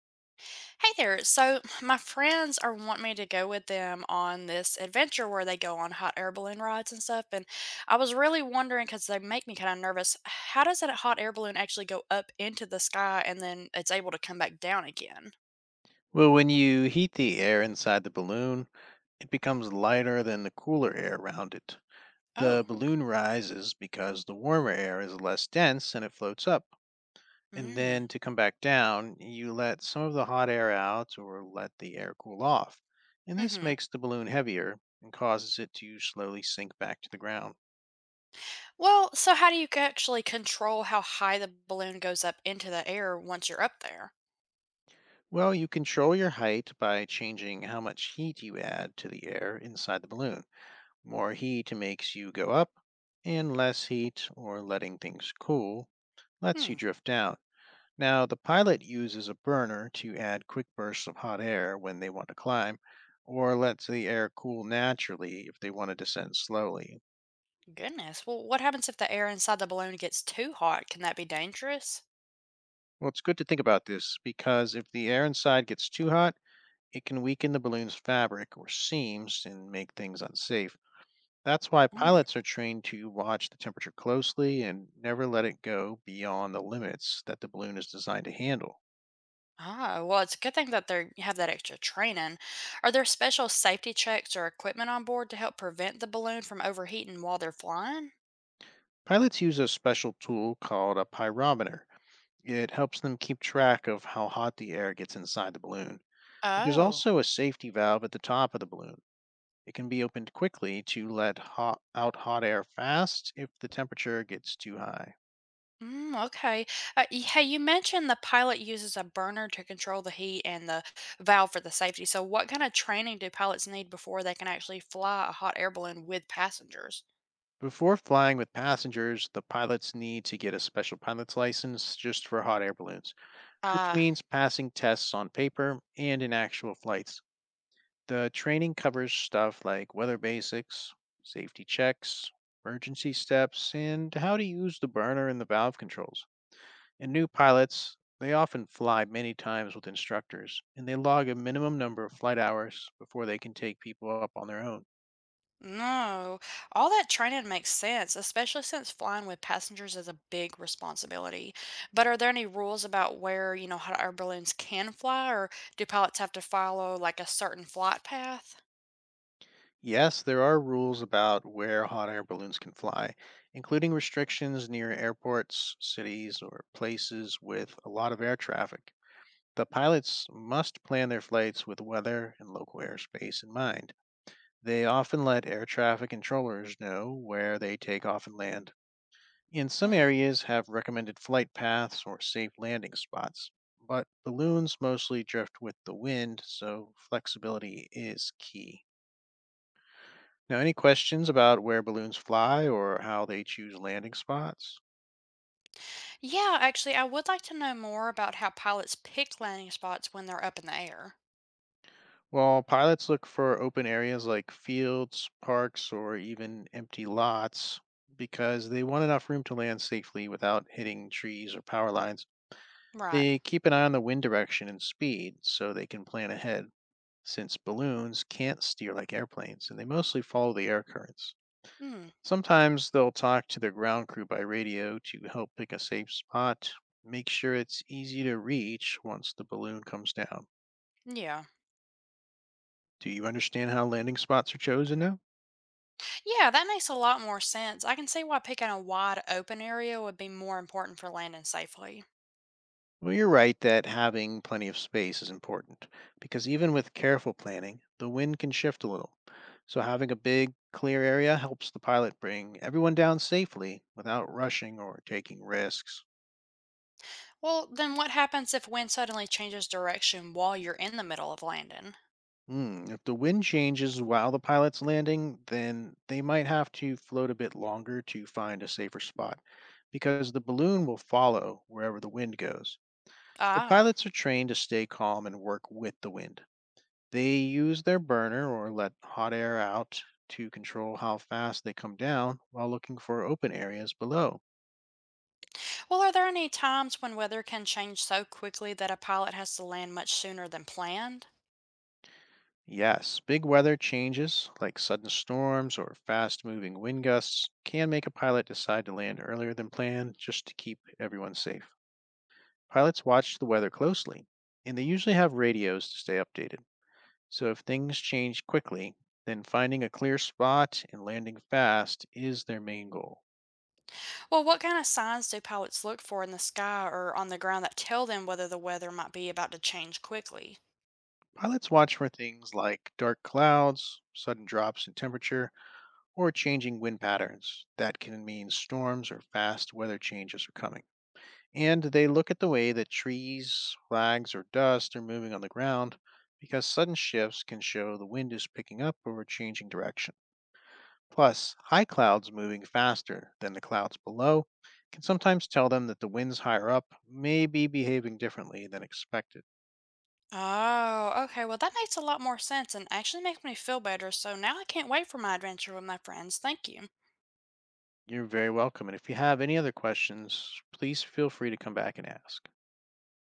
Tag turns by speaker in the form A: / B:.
A: Hey there. So, my friends are wanting me to go with them on this adventure where they go on hot air balloon rides and stuff. And I was really wondering because they make me kind of nervous. How does that hot air balloon actually go up into the sky and then it's able to come back down again?
B: Well, when you heat the air inside the balloon, it becomes lighter than the cooler air around it. The
A: Oh.
B: balloon rises because the warmer air is less dense and it floats up. And
A: Mm.
B: then to come back down, you let some of the hot air out or let the air cool off. And this
A: Mm-hmm.
B: makes the balloon heavier and causes it to slowly sink back to the ground.
A: Well, so how do you actually control how high the balloon goes up into the air once you're up there?
B: Well, you control your height by changing how much heat you add to the air inside the balloon. More heat makes you go up, and less heat, or letting things cool, lets you
A: Hmm.
B: drift down. Now, the pilot uses a burner to add quick bursts of hot air when they want to climb, or lets the air cool naturally if they want to descend slowly.
A: Goodness. Well, what happens if the air inside the balloon gets too hot? Can that be dangerous?
B: Well, it's good to think about this because if the air inside gets too hot, it can weaken the balloon's fabric or seams and make things unsafe. That's why pilots are trained to watch the temperature closely and never let it go beyond the limits that the balloon is designed to handle.
A: Ah, well, it's a good thing that they have that extra training. Are there special safety checks or equipment on board to help prevent the balloon from overheating while they're flying?
B: Pilots use a special tool called a pyrometer. It helps them keep track of how hot the air gets inside the balloon. But there's
A: Oh,
B: also a safety valve at the top of the balloon. It can be opened quickly to let out hot air fast if the temperature gets too high.
A: mm, okay. Hey, you mentioned the pilot uses a burner to control the heat and the valve for the safety. So, what kind of training do pilots need before they can actually fly a hot air balloon with passengers?
B: Before flying with passengers, the pilots need to get a special pilot's license just for hot air balloons, which
A: Ah.
B: means passing tests on paper and in actual flights. The training covers stuff like weather basics, safety checks, emergency steps, and how to use the burner and the valve controls. And new pilots, they often fly many times with instructors, and they log a minimum number of flight hours before they can take people up on their own.
A: No, all that training makes sense, especially since flying with passengers is a big responsibility. But are there any rules about where, you know, how our balloons can fly, or do pilots have to follow like a certain flight path?
B: Yes, there are rules about where hot air balloons can fly, including restrictions near airports, cities, or places with a lot of air traffic. The pilots must plan their flights with weather and local airspace in mind. They often let air traffic controllers know where they take off and land, and some
A: Hmm.
B: areas have recommended flight paths or safe landing spots. But balloons mostly drift with the wind, so flexibility is key. Now, any questions about where balloons fly or how they choose landing spots?
A: Yeah, actually, I would like to know more about how pilots pick landing spots when they're up in the air.
B: Well, pilots look for open areas like fields, parks, or even empty lots because they want enough room to land safely without hitting trees or power lines.
A: Right.
B: They keep an eye on the wind direction and speed so they can plan ahead, since balloons can't steer like airplanes and they mostly follow the air currents.
A: Hmm.
B: Sometimes they'll talk to their ground crew by radio to help pick a safe spot, make sure it's easy to reach once the balloon comes down.
A: Yeah.
B: Do you understand how landing spots are chosen now?
A: Yeah, that makes a lot more sense. I can see why picking a wide open area would be more important for landing safely.
B: Well, you're right that having plenty of space is important because even with careful planning, the wind can shift a little. So, having a big, clear area helps the pilot bring everyone down safely without rushing or taking risks.
A: Well, then what happens if wind suddenly changes direction while you're in the middle of landing?
B: Hmm, if the wind changes while the pilot's landing, then they might have to float a bit longer to find a safer spot because the balloon will follow wherever the wind goes. So,
A: Ah.
B: pilots are trained to stay calm and work with the wind. They use their burner or let hot air out to control how fast they come down while looking for open areas below.
A: Well, are there any times when weather can change so quickly that a pilot has to land much sooner than planned?
B: Yes, big weather changes like sudden storms or fast moving wind gusts can make a pilot decide to land earlier than planned just to keep everyone safe. Pilots watch the weather closely, and they usually have radios to stay updated. So if things change quickly, then finding a clear spot and landing fast is their main goal.
A: Well, what kind of signs do pilots look for in the sky or on the ground that tell them whether the weather might be about to change quickly?
B: Pilots watch for things like dark clouds, sudden drops in temperature, or changing wind patterns. That can mean storms or fast weather changes are coming. And they look at the way that trees, flags, or dust are moving on the ground because sudden shifts can show the wind is picking up or changing direction. Plus, high clouds moving faster than the clouds below can sometimes tell them that the winds higher up may be behaving differently than expected.
A: Oh, okay. Well, that makes a lot more sense and actually makes me feel better. So now I can't wait for my adventure with my friends. Thank you.
B: You're very welcome. And if you have any other questions, please feel free to come back and ask.